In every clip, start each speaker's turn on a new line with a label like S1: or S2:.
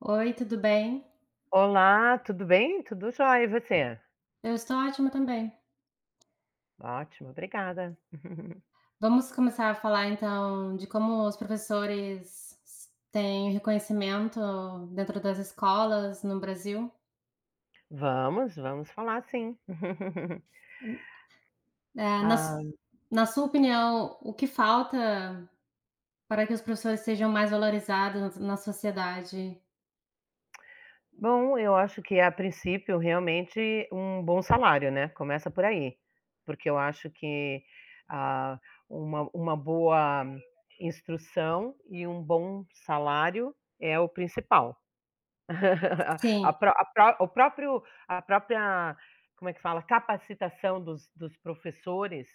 S1: Oi, tudo bem?
S2: Olá, tudo bem? Tudo jóia, e você?
S1: Eu estou ótima também.
S2: Ótimo, obrigada.
S1: Vamos começar a falar então de como os professores têm reconhecimento dentro das escolas no Brasil.
S2: Vamos, vamos falar, sim.
S1: Eh, na, s-
S2: Ah,
S1: Na sua opinião, o que falta para que os professores sejam mais valorizados na sociedade?
S2: bom, eu acho que, a princípio, realmente um bom salário, né, começa por aí, porque eu acho que, ah, uma boa instrução e um bom salário é o principal. A
S1: Sim,
S2: pró a pró o próprio a própria, como é que fala, capacitação dos professores,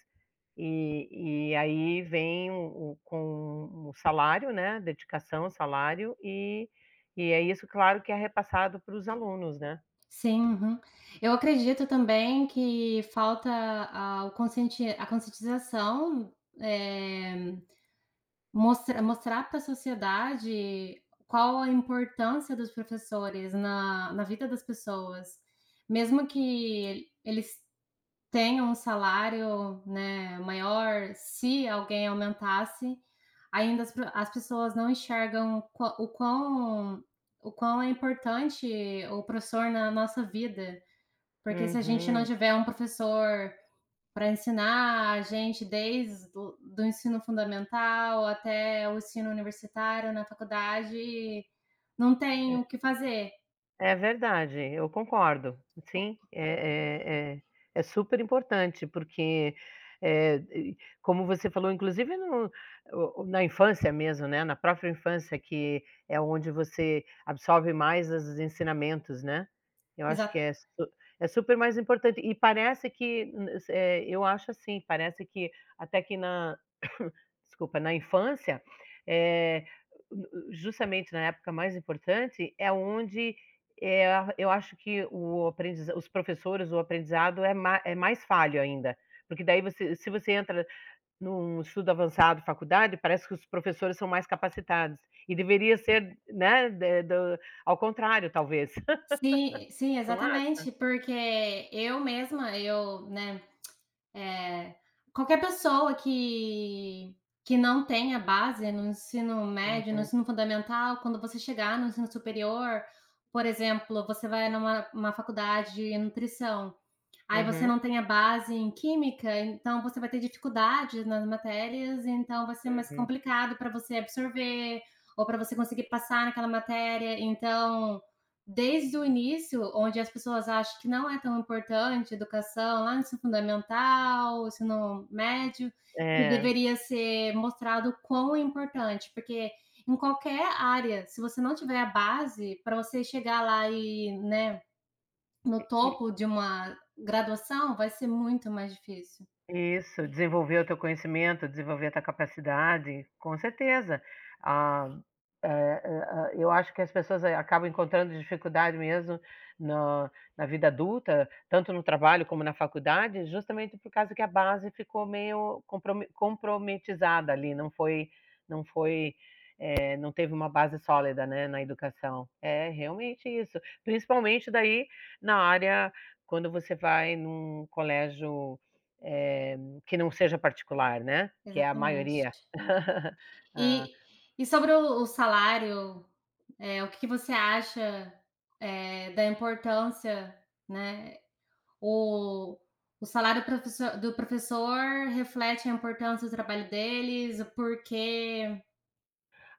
S2: e aí vem o com o salário, né, dedicação, salário, e é isso, claro, que é repassado para os alunos, né.
S1: sim. Uhum. Eu acredito também que falta a conscientização. é, mostrar para a sociedade qual a importância dos professores na vida das pessoas. Mesmo que eles tenham um salário, né, maior, se alguém aumentasse, ainda as pessoas não enxergam qua o quão, o quão é importante o professor na nossa vida. Porque se a gente
S2: Uhum,
S1: não
S2: é.
S1: tiver um professor para ensinar a gente desde do ensino fundamental até o ensino universitário na faculdade, não tem o que fazer.
S2: É verdade, eu concordo. Sim, é é é super importante, porque, e como você falou, inclusive no o- na infância mesmo, né, na própria infância, que é onde você absorve mais os ensinamentos, né. Eu acho
S1: Exa
S2: que é su é super mais importante, e parece que eu acho, assim, parece que até que na desculpa, na infância, eh, justamente na época mais importante, é onde, eh, eu acho que o aprendiza os professores, o aprendizado é ma é mais falho ainda, porque daí você se você entra num estudo avançado, faculdade, parece que os professores são mais capacitados, e deveria ser, né, de do ao contrário, talvez.
S1: Sim, sim,
S2: Não acha?
S1: exatamente, porque eu mesma, eu, né, eh, qualquer pessoa que não tenha base no ensino médio, no
S2: Uhum,
S1: ensino fundamental, quando você chegar no ensino superior, por exemplo, você vai numa uma faculdade de nutrição, aí você
S2: uhum,
S1: não tem a base em química, então você vai ter dificuldade nas matérias, então vai ser mais
S2: uhum.
S1: complicado para você absorver ou para você conseguir passar naquela matéria. Então, desde o início, onde as pessoas acham que não é tão importante educação, lá no ensino fundamental, ensino médio, que
S2: É,
S1: deveria ser mostrado o quão é importante, porque em qualquer área, se você não tiver a base para você chegar lá e, né, no topo de uma graduação vai ser muito mais difícil,
S2: isso, desenvolver o teu conhecimento, desenvolver a tua capacidade, com certeza. Ah, eu acho que as pessoas, acabam encontrando dificuldade mesmo na na vida adulta, tanto no trabalho como na faculdade, justamente por causa que a base ficou meio comprometizada ali, não foi, não teve uma base sólida, né, na educação. É realmente isso, principalmente daí na área, quando você vai num colégio, eh, que não seja particular, né, que é a maioria.
S1: exatamente.
S2: Hã.
S1: E e sobre o salário, o que que você acha, da importância, né, o o salário professor do professor reflete a importância do trabalho deles, o porquê.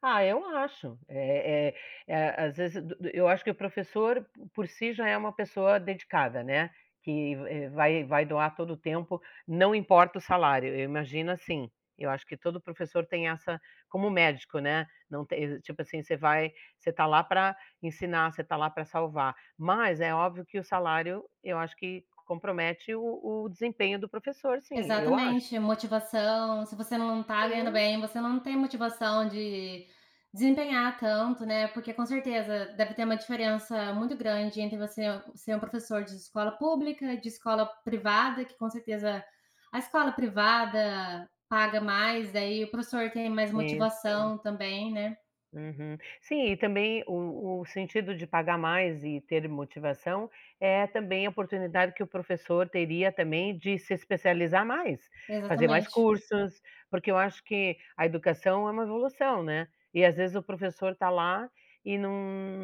S2: Eu acho. Às vezes, do do eu acho que o professor, por si, já é uma pessoa dedicada, né, que, vai doar todo o tempo, não importa o salário. Eu imagino assim, eu acho que todo professor tem essa, como médico, né, não tem, tipo assim, você tá lá para ensinar, você tá lá para salvar. Mas é óbvio que o salário, eu acho que compromete o desempenho do professor, sim, eu acho.
S1: Exatamente, motivação. Se você não tá ganhando
S2: Sim,
S1: bem, você não tem motivação de desempenhar tanto, né, porque com certeza deve ter uma diferença muito grande entre você ser um professor de escola pública, de escola privada, que com certeza a escola privada paga mais, daí o professor tem mais
S2: isso.
S1: motivação também, né.
S2: Uhum. Sim, e também o sentido de pagar mais e ter motivação é também a oportunidade que o professor teria também de se especializar mais, fazer mais
S1: Exatamente.
S2: cursos, porque eu acho que a educação é uma evolução, né. E às vezes o professor está lá e não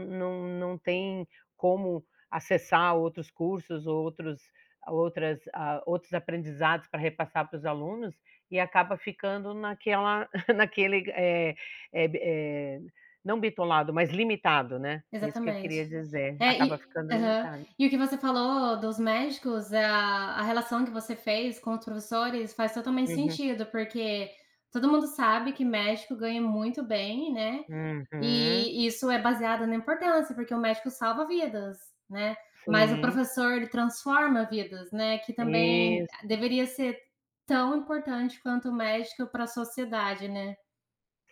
S2: não não tem como acessar outros cursos, outros aprendizados para repassar para os alunos, e acaba ficando naquela naquele, eh eh não bitolado, mas limitado, né. É isso que eu
S1: Exatamente.
S2: queria dizer,
S1: É,
S2: acaba
S1: e
S2: ficando
S1: aham.
S2: limitado.
S1: E o que você falou dos médicos, a relação que você fez com os professores faz totalmente
S2: Uhum,
S1: sentido, porque todo mundo sabe que médico ganha muito bem, né,
S2: uhum,
S1: e isso é baseado na importância, porque o médico salva vidas, né, mas o
S2: sim,
S1: professor ele transforma vidas, né, que também
S2: isso.
S1: deveria ser tão importante quanto o médico para a sociedade, né.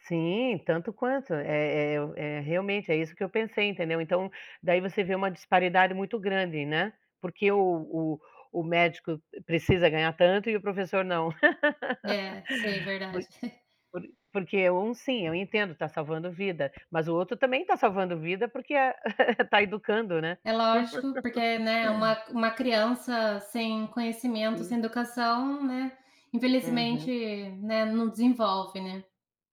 S2: Sim, tanto quanto, é é eu é realmente, é isso que eu pensei, entendeu? Então, daí você vê uma disparidade muito grande, né, porque o o médico precisa ganhar tanto e o professor não.
S1: É, sei,
S2: Por
S1: verdade.
S2: porque é um, sim, eu entendo, está salvando vida, mas o outro também está salvando vida, porque está educando, né.
S1: É lógico, porque, né, uma criança sem conhecimento,
S2: Isso.
S1: sem educação, né,
S2: Uhum,
S1: infelizmente, né, não desenvolve, né.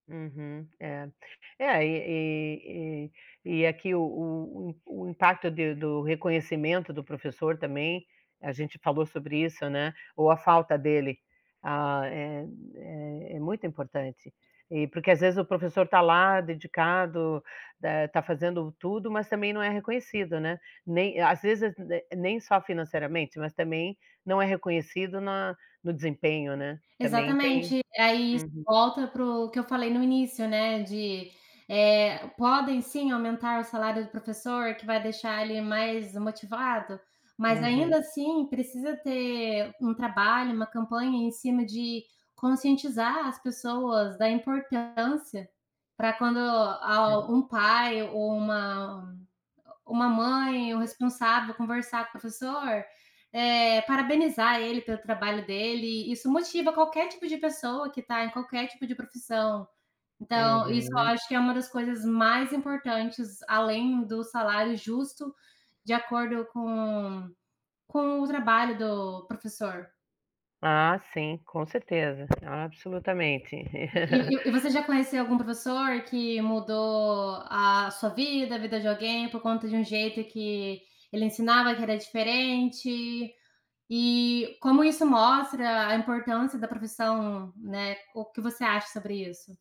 S2: uhum, é. É, e aqui o impacto de do reconhecimento do professor também, a gente falou sobre isso, né, ou a falta dele, é muito importante. E porque às vezes o professor tá lá dedicado, tá fazendo tudo, mas também não é reconhecido, né. Nem às vezes, ne nem só financeiramente, mas também não é reconhecido na no desempenho, né, também tem.
S1: Exatamente. Aí isso
S2: Uhum,
S1: volta para o que eu falei no início, né, de, podem sim aumentar o salário do professor, que vai deixar ele mais motivado, mas
S2: uhum,
S1: ainda assim precisa ter um trabalho, uma campanha em cima de conscientizar as pessoas da importância para quando
S2: é,
S1: a um pai ou uma mãe, o responsável, conversar com o professor, parabenizar ele pelo trabalho dele, isso motiva qualquer tipo de pessoa que está em qualquer tipo de profissão. Então, isso
S2: uhum.
S1: eu acho que é uma das coisas mais importantes, além do salário justo, de acordo com o trabalho do professor.
S2: Sim, com certeza, absolutamente.
S1: E você já conheceu algum professor que mudou a sua vida, a vida de alguém, por conta de um jeito que ele ensinava que era diferente? E como isso mostra a importância da profissão, né, o que você acha sobre isso?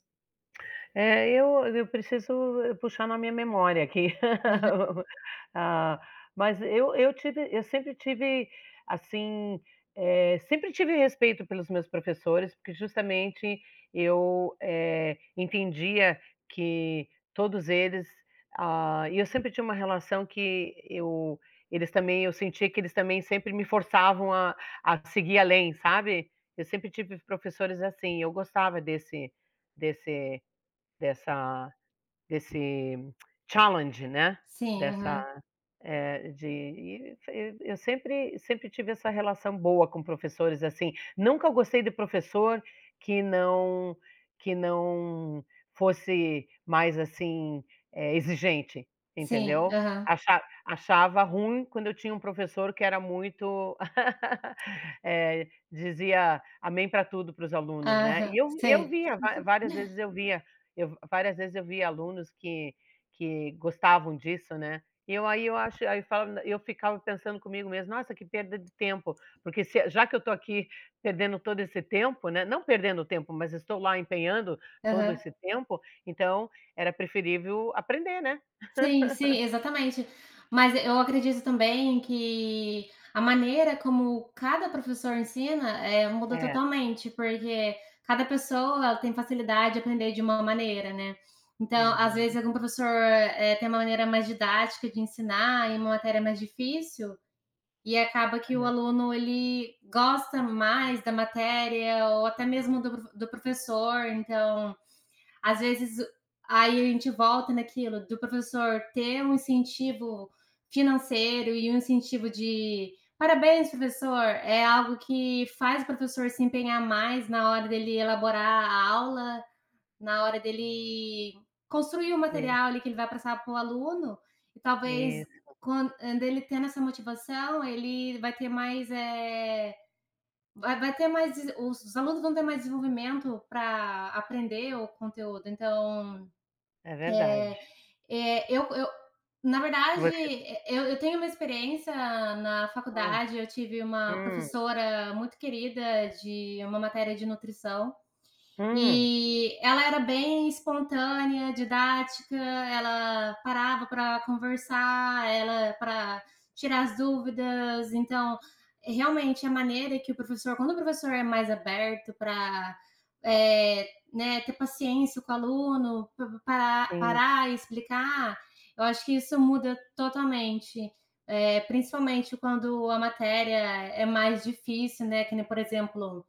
S2: É, eu preciso, puxar na minha memória aqui. Ah, mas eu sempre tive, assim, sempre tive respeito pelos meus professores, porque justamente eu, entendia que todos eles, e eu sempre tinha uma relação que eu eles também eu sentia que eles também sempre me forçavam a seguir além, sabe. Eu sempre tive professores assim, eu gostava desse Dessa desse challenge, né,
S1: Sim, aham.
S2: dessa eh, de e eu sempre tive essa relação boa com professores, assim, nunca gostei de professor que não que não fosse mais, assim, exigente,
S1: Sim,
S2: entendeu.
S1: aham.
S2: Achava ruim quando eu tinha um professor que era muito, dizia "amém" para tudo, para os alunos, né.
S1: Aham,
S2: E
S1: sei.
S2: eu via va várias vezes eu via eu várias vezes eu via alunos que gostavam disso, né. E eu aí eu acho aí eu falava eu ficava pensando comigo mesmo: "Nossa, que perda de tempo", porque se já que eu tô aqui perdendo todo esse tempo, né, não perdendo tempo, mas estou lá empenhando todo
S1: Aham.
S2: esse tempo, então era preferível aprender, né.
S1: Sim, sim, exatamente. Mas eu acredito também que a maneira como cada professor ensina, muda
S2: É.
S1: totalmente, porque cada pessoa ela tem facilidade de aprender de uma maneira, né. Então, às vezes,
S2: Uhum.
S1: algum professor, tem uma maneira mais didática de ensinar em uma matéria mais difícil. E acaba que o
S2: É.
S1: aluno ele gosta mais da matéria ou até mesmo do professor, então, às vezes, aí a gente volta naquilo do professor ter um incentivo financeiro e um incentivo de: "Parabéns, professor", é algo que faz o professor se empenhar mais na hora dele elaborar a aula, na hora dele construir o
S2: É.
S1: material ali que ele vai passar para o aluno, e talvez
S2: Isso.
S1: quando ele tendo essa motivação, ele vai ter mais. Vai, vai ter mais. Os alunos vão ter mais desenvolvimento para aprender o conteúdo. Então,
S2: É verdade.
S1: é eh, eu, eu- na verdade,
S2: Você
S1: eu tenho uma experiência na
S2: Hum,
S1: faculdade, eu tive uma
S2: hum,
S1: professora muito querida de uma matéria de nutrição.
S2: hum,
S1: E ela era bem espontânea, didática, ela parava para conversar, ela para tirar as dúvidas. Então, realmente a maneira que o professor, quando o professor é mais aberto para é, né, ter paciência com o aluno, para
S2: sim,
S1: parar e explicar, eu acho que isso muda totalmente. É, principalmente quando a matéria é mais difícil, né? Que por exemplo,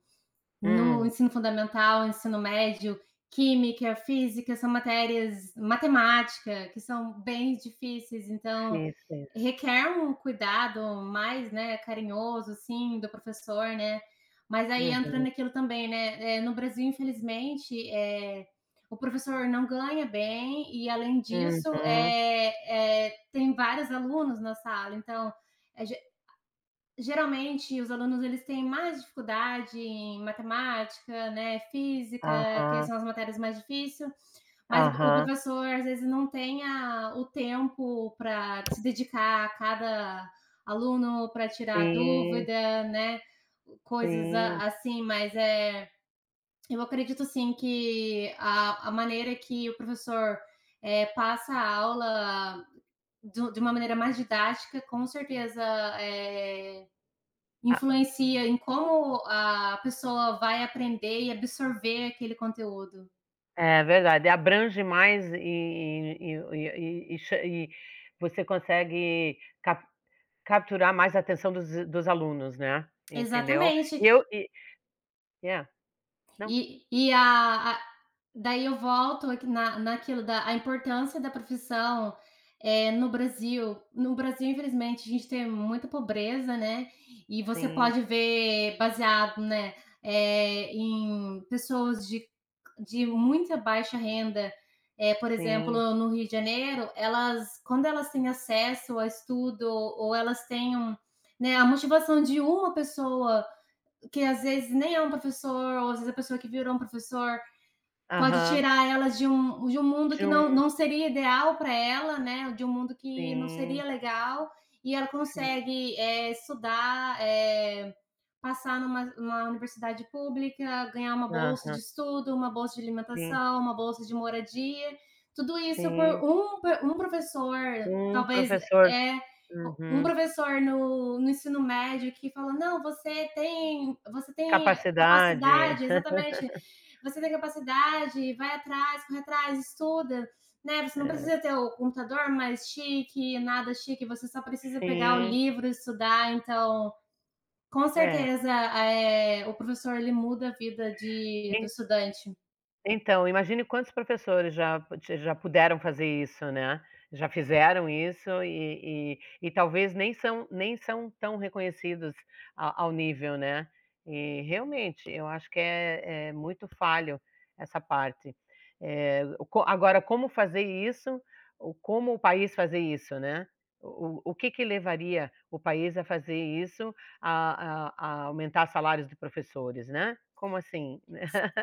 S1: no
S2: hum,
S1: ensino fundamental, ensino médio, química, física, são matérias matemática, que são bem difíceis, então
S2: fiz, fiz.
S1: requer um cuidado mais, né, carinhoso, assim, do professor, né. Mas aí entra
S2: Uhum,
S1: naquilo também, né, no Brasil, infelizmente, o professor não ganha bem e, além disso,
S2: uhum.
S1: tem vários alunos na sala, então, eh, geralmente, os alunos eles têm mais dificuldade em matemática, né, física, que
S2: Aham,
S1: são as matérias mais difíceis. Mas o
S2: aham.
S1: professor, às vezes, não tem a o tempo para se dedicar a cada aluno, para tirar
S2: Sim,
S1: dúvida, né, coisas a
S2: sim.
S1: assim, mas, eu acredito sim que a maneira que o professor, passa a aula do de uma maneira mais didática, com certeza, é influencia em como a pessoa vai aprender e absorver aquele conteúdo.
S2: É verdade, abrange mais, e cha e você consegue capturar mais a atenção dos alunos, né, entendeu.
S1: Exatamente.
S2: E eu e é, não,
S1: E, e a, a- Daí eu volto aqui naquilo da a importância da profissão no Brasil. No Brasil, infelizmente, a gente tem muita pobreza, né? E você
S2: sim,
S1: pode ver baseado, né? Eh, em pessoas de muita baixa renda, é, por
S2: sim,
S1: exemplo, no Rio de Janeiro, elas, quando elas têm acesso a estudo ou elas têm um, né, a motivação de uma pessoa que às vezes nem é um professor ou às vezes a pessoa que virou um professor pode
S2: aham,
S1: tirar elas de um mundo
S2: de
S1: que não,
S2: um
S1: não seria ideal para ela, né, de um mundo que não
S2: sim,
S1: seria legal e ela
S2: sim,
S1: consegue é, estudar, é, passar numa universidade pública, ganhar uma bolsa
S2: aham,
S1: de estudo, uma bolsa de
S2: sim,
S1: alimentação, uma bolsa de moradia, tudo isso por
S2: sim,
S1: um, um professor,
S2: um
S1: talvez
S2: professor,
S1: é um
S2: uhum,
S1: professor no ensino médio que fala: não, você tem
S2: capacidade.
S1: capacidade, exatamente, você tem capacidade, vai atrás, corre atrás, estuda, né? Você não
S2: É,
S1: precisa ter o computador mais chique, nada chique, você só precisa pegar o
S2: sim,
S1: livro, estudar, então com
S2: é.
S1: certeza, o professor ele muda a vida de do estudante.
S2: Então, imagine quantos professores já puderam fazer isso, né, já fizeram isso, e talvez nem são tão reconhecidos a ao nível, né. E realmente, eu acho que é muito falho essa parte. Eh, co agora, como fazer isso, o como o país fazer isso, né. O que que levaria o país a fazer isso, a aumentar salários de professores, né. Como assim?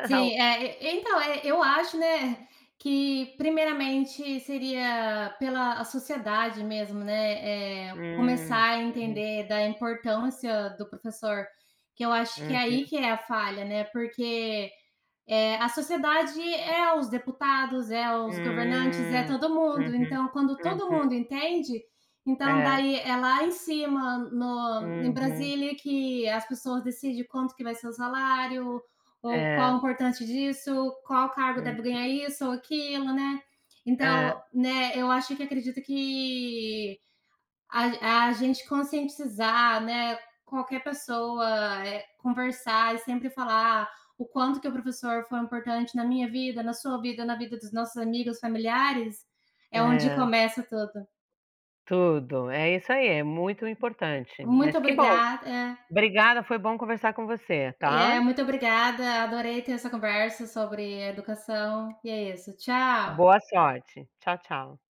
S1: Sim, e então, eu acho, né, que primeiramente seria pela a sociedade mesmo, né,
S2: Hum,
S1: começar a
S2: uhum,
S1: entender da importância do professor, que eu acho que é
S2: uhum,
S1: aí que é a falha, né, porque é, a sociedade é os deputados, é os governantes, é
S2: hum,
S1: todo mundo.
S2: uhum,
S1: Então, quando todo
S2: uhum,
S1: mundo entende, então
S2: é,
S1: daí é lá em cima, no, em
S2: uhum,
S1: Brasília, que as pessoas decidem quanto que vai ser o salário, ou qual é o
S2: é,
S1: importante disso, qual cargo deve
S2: hum,
S1: ganhar isso ou aquilo, né? Então,
S2: é,
S1: né, eu acho que acredito que a gente conscientizar, né, qualquer pessoa, conversar e sempre falar o quanto que o professor foi importante na minha vida, na sua vida, na vida dos nossos amigos, familiares, é onde
S2: é,
S1: começa tudo.
S2: tudo, é isso aí, é muito importante,
S1: Muito
S2: mas que bom,
S1: obrigada,
S2: obrigada, foi bom conversar com você, tá?
S1: é, muito obrigada, adorei ter essa conversa sobre educação, e é isso, tchau.
S2: Boa sorte, tchau, tchau.